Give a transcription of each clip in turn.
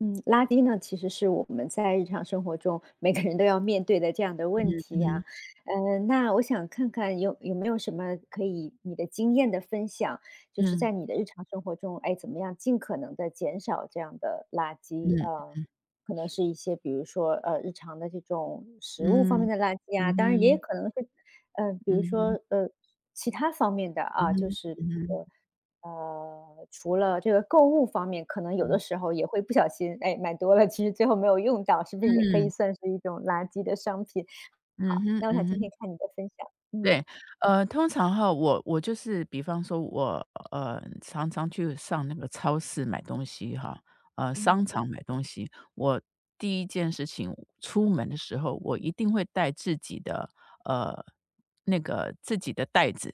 嗯，垃圾呢，其实是我们在日常生活中每个人都要面对的这样的嗯问题嗯呀。那我想看看有没有什么可以你的经验的分享，就是嗯在你的日常生活中，哎，怎么样尽可能的减少这样的垃圾？嗯可能是一些比如说日常的这种食物方嗯面的垃圾啊，嗯当然也嗯可能是比如嗯说，其他方面的嗯啊，就嗯是嗯嗯除了这个购物方面，可能有的嗯时候也会不小心，哎，买多了，其实最后没有用到，是不是也可以算是一种垃圾的商品？嗯好，嗯那我想嗯听嗯。听看你的分享。嗯对，通常哈，我就是比方说我，常常去上那个超市买东西哈，商嗯，场买东西，我第一件事情出门的时候，我一定会带自己的，呃，那个自己的袋子，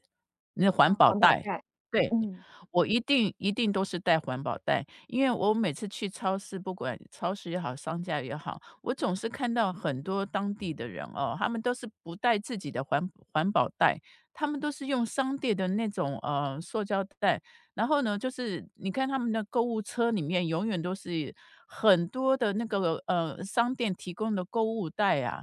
那环啊，保环保袋。袋，对，嗯我一定一定都是带环保袋，因为我每次去超市，不管超市也好，商家也好，我总是看到很多当地的人哦，他们都是不带自己的环保袋，他们都是用商店的那种塑胶袋，然后呢，就是你看他们的购物车里面永远都是很多的那个商店提供的购物袋啊，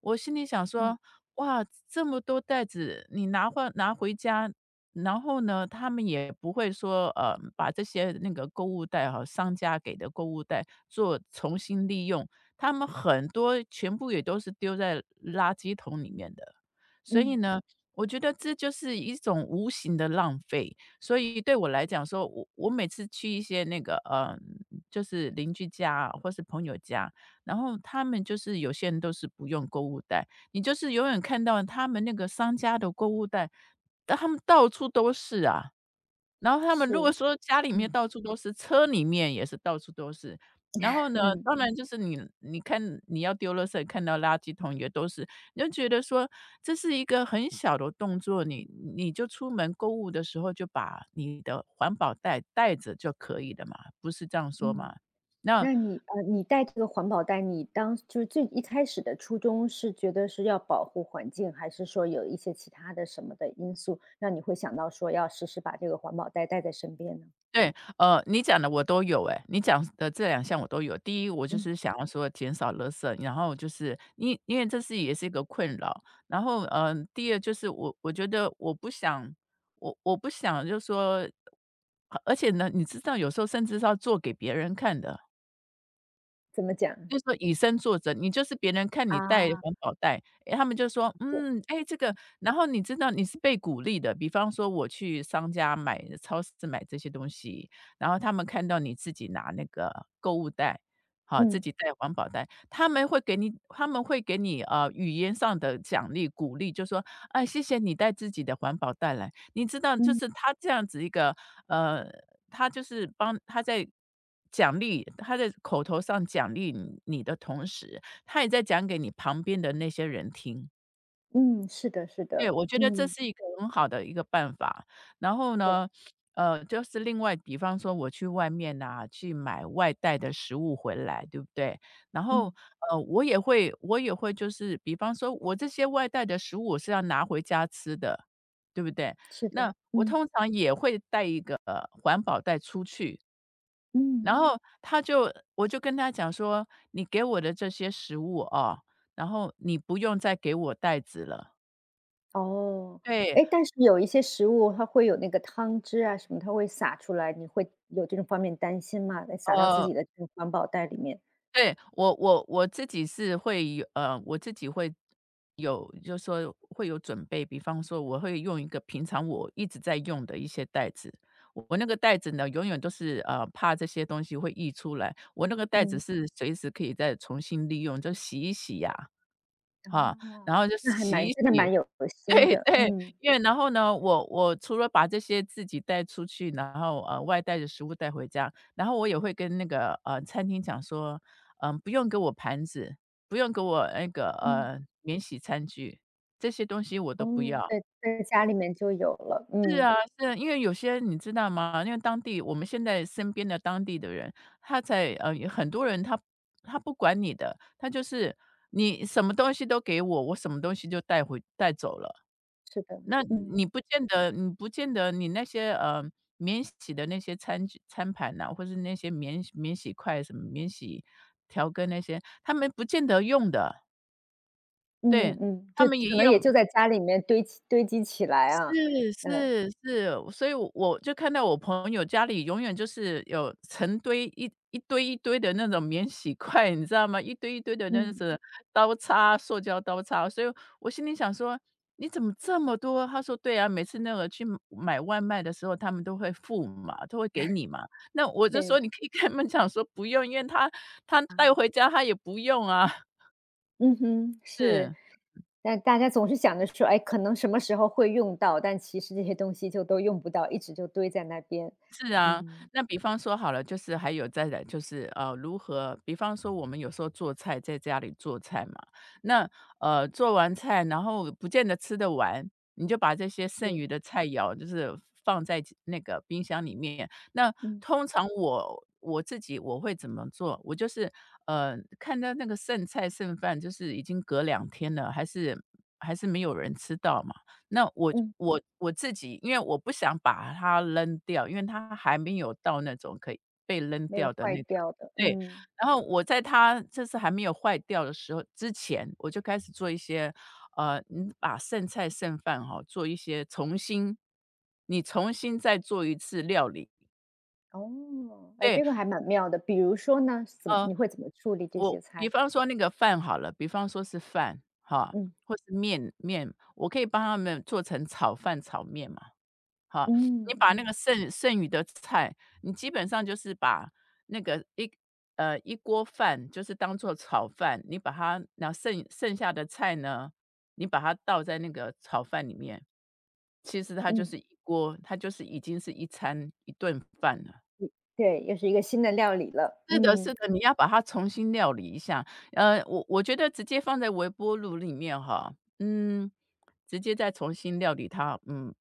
我心里想嗯说："哇，这么多袋子，你拿回家，然后呢，他们也不会说，把这些那个购物袋哈，商家给的购物袋做重新利用，他们很多全部也都是丢在垃圾桶里面的。所以嗯，呢，我觉得这就是一种无形的浪费。所以对我来讲说，我每次去一些那个，就是邻居家啊或是朋友家，然后他们就是有些人都是不用购物袋，你就是永远看到他们那个商家的购物袋，但他们到处都是啊。然后他们如是，果说家里面嗯到处都是，车里面也是到处都是。然后呢，嗯当然就是你看你要丢垃圾，看到垃圾桶也都是，你就觉得说这是一个很小的动作，你就出门购物的时候就把你的环保袋带着就可以了嘛，不是这样说嘛？嗯。那那你带这个环保袋，你当就是最一开始的初衷是觉得是要保护环境，还是说有一些其他的什么的因素，让你会想到说要时时把这个环保袋带在身边呢？对，你讲的我都有诶，你讲的这两项我都有。第一，我就嗯，是想要说减少垃圾，然后就是因为这是也是一个困扰。然后，第二就是我觉得我不想就是说而且呢，你知道有时候甚至是要做给别人看的。怎么讲？就是说以身作则，你就是别人看你带啊，环保袋，诶，他们就说：对，“嗯，哎，这个"然后你知道你是被鼓励的，比方说我去商家买超市买这些东西，然后他们看到你自己拿那个购物袋，好，自嗯己带环保袋，他们会给你,语言上的奖励鼓励，就说："哎，谢谢你带自己的环保袋来。"你知道就嗯是他这样子一个，呃他就是帮他在奖励他在口头上奖励你的同时，他也在讲给你旁边的那些人听。嗯，是的，是对，的，我觉得这嗯，是一个很好的一个办法。然后对，呢，就是另外比方说我去外面呐，去买外带的食物回来，对不对？然后，嗯，我也会就是比方说我这些外带的食物我是要拿回家吃的，对不对？是那的，我嗯通常也会带一个，环保袋出去。然嗯，后我就跟他讲说："你给我的这些食物哦，然后你不用再给我袋子了。"哦，对，哎，但是有一些食物它会有那个汤汁啊什么，它会洒出来，你会有这种方面担心吗？得洒到自呃，己的这个环保袋里面，对，我自己是会有我自己会有就说会有准备，比方说我会用一个平常我一直在用的一些袋子，我那个袋子呢，永远都是，怕这些东西会溢出来，我那个袋子嗯。是随时可以再重新利用，就洗一洗呀，哈，然后哦。就那还洗蛮一真的洗 蛮有 心对的，对，嗯。因为然后呢，我除了把这些自己带出去，然后，外带的食物带回家，然后我也会跟那个，餐厅讲说，嗯，不用给我盘子，不用给我那个，嗯，免洗餐具，这些东西我哦，都不要。对，在家里面就有了，是嗯，啊是啊，因为有些你知道吗？因为当地我们现在身边的当地的人，很多人他不管你的，他就是你什么东西都给我，我什么东西就带走了。是的，那你嗯，不见得你不见得你那些，免洗的那些餐具餐盘呐，或是那些免洗筷什么免洗调羹那些，他们不见得用的，嗯嗯对，嗯，他就们也可一能也样就在家里面堆积堆积起来啊，是呃，是是，所以我就看到我朋友家里永远就是有成堆一堆一堆的那种免洗筷，你知道吗？一堆一堆的那嗯，种刀叉、塑胶刀叉，所以我心里想说："你怎么这么多？"他说："对啊，每次那个去买外卖的时候，他们都会付嘛，都会给你嘛。"那我就说：对，“你可以跟他们讲说不用，因为他啊，带回家他也不用啊。嗯哼，是。是。但大家总是想着说，哎，可能什么时候会用到，但其实这些东西就都用不到，一直就堆在那边。是啊，嗯，那比方说好了，就是还有再来就是如何？比方说我们有时候做菜，在家里做菜嘛，那做完菜，然后不见得吃得完，你就把这些剩是，余的菜肴就是放在那个冰箱里面。那嗯，通常我自己我会怎么做？我就是看到那个剩菜剩饭，就是已经隔两天了，还是没有人吃到嘛。那我嗯，我我自己，因为我不想把它扔掉，因为它还没有到那种可以被扔没有掉的坏那个掉的，对，嗯。然后我在它就是还没有坏掉的时候之前，我就开始做一些，你把剩菜剩饭哈，做一些重新你重新再做一次料理。哦，哎，对，这个还蛮妙的。比如说呢，呃，怎么处理这我些比菜？方说那个饭好了，比方说是饭哈，嗯或是面，我可以帮他们做成炒饭、炒面嘛。好，嗯你嗯把那嗯，个剩余的菜，你基本上就是把那个一锅饭就是当做炒饭，你把它那剩下的菜呢，你把它倒在那个炒饭里面，其实它就嗯是一锅它就是已经是一顿饭了。对，又是一个新的料理了。是的，是嗯的，你要把它重新料理一下。我觉得直接放在微波炉里面哈，嗯，直接再重新料理它，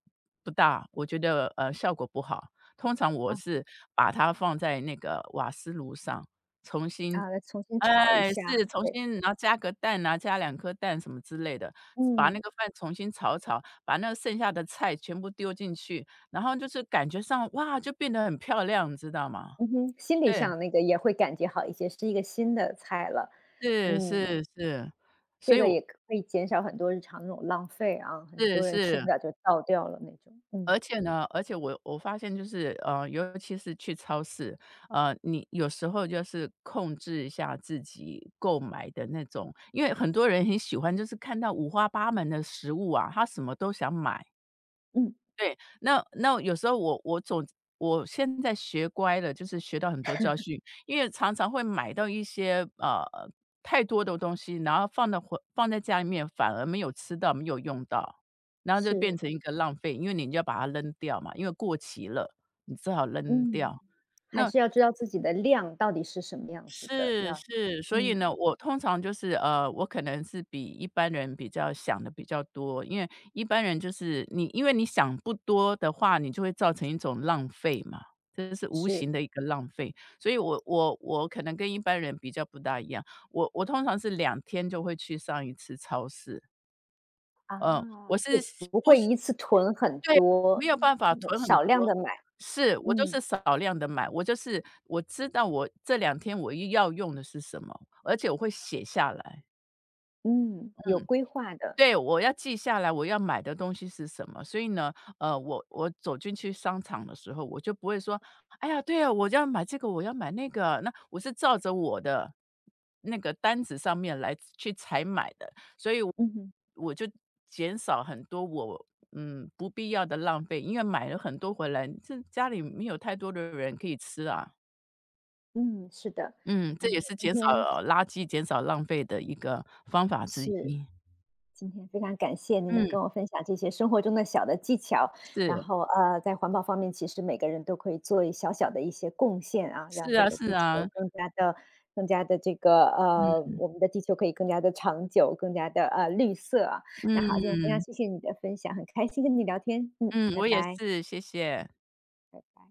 不大，我觉得效果不好。通常我啊是把它放在那个瓦斯炉上，重新，啊，来重新炒一哎，下。是重对，新，然后加个蛋啊，加两颗蛋什么之类的，把那嗯个饭重新炒炒，把那个剩下的菜全部丢进去，然后就是感觉上哇，就变得很漂亮，你知道吗？嗯哼，心理对。上那个也会感觉好一些，是一个新的菜了。是嗯，是是，所这以个我也可以减少很多日常那种浪费啊，很是多人吃不是，了就倒掉了那种。而嗯且呢，而且我发现就是，尤其是去超市，你有时候就是控制一下自己购买的那种因为很多人很喜欢就是看到五花八门的食物啊，他什么都想买。嗯，对，那有时候我现在学乖了，就是学到很多教训，因为常常会买到一些太多的东西，然后放到回放在家里面，反而没有吃到，没有用到，然后就变是成一个浪费，因为你就要把它扔掉嘛，因为过期了，你只好扔嗯，掉。还那是要知道自己的量到底是什么样子的，是要是，所以呢，嗯。我通常就是，我可能是比一般人比较想的比较多，因为一般人就是你因为你想不多的话，你就会造成一种浪费嘛，这是无是。形的一个浪费。所以我可能跟一般人比较不大一样，我通常是两天就会去上一次超市，啊。嗯，我就是不不会一次囤很对，多，没有办法对囤很少量多。的买。是，我就嗯，是少量的买，我就是我知道我这两天我又要用的是什么，而且我会写下来。嗯。有规划的。对，我要记下来我要买的东西是什么，所以呢，我走进去商场的时候，我就不会说："哎呀，对啊，我要买这个，我要买那个。"那我是照着我的那个单子上面来去采买的，所以我就减少很多我不必要的浪费，因为买了很多回来，这家里没有太多的人可以吃啊。嗯。嗯，是的。嗯，这也嗯，是今减少天垃圾、减少浪费的一个方法之是一。今天非常感谢您嗯，能跟我分享这些生活中的小的技巧，然是后，在环保方面，其实每个人都可以做一小小的一些贡献啊，是让这啊个是地球啊，更加的这个，嗯我们的地球可以更加的长久，更加的绿色啊。那好，今天非常嗯谢谢你的分享，很开心跟你聊天，嗯，嗯，拜我也拜，是，谢谢。拜拜。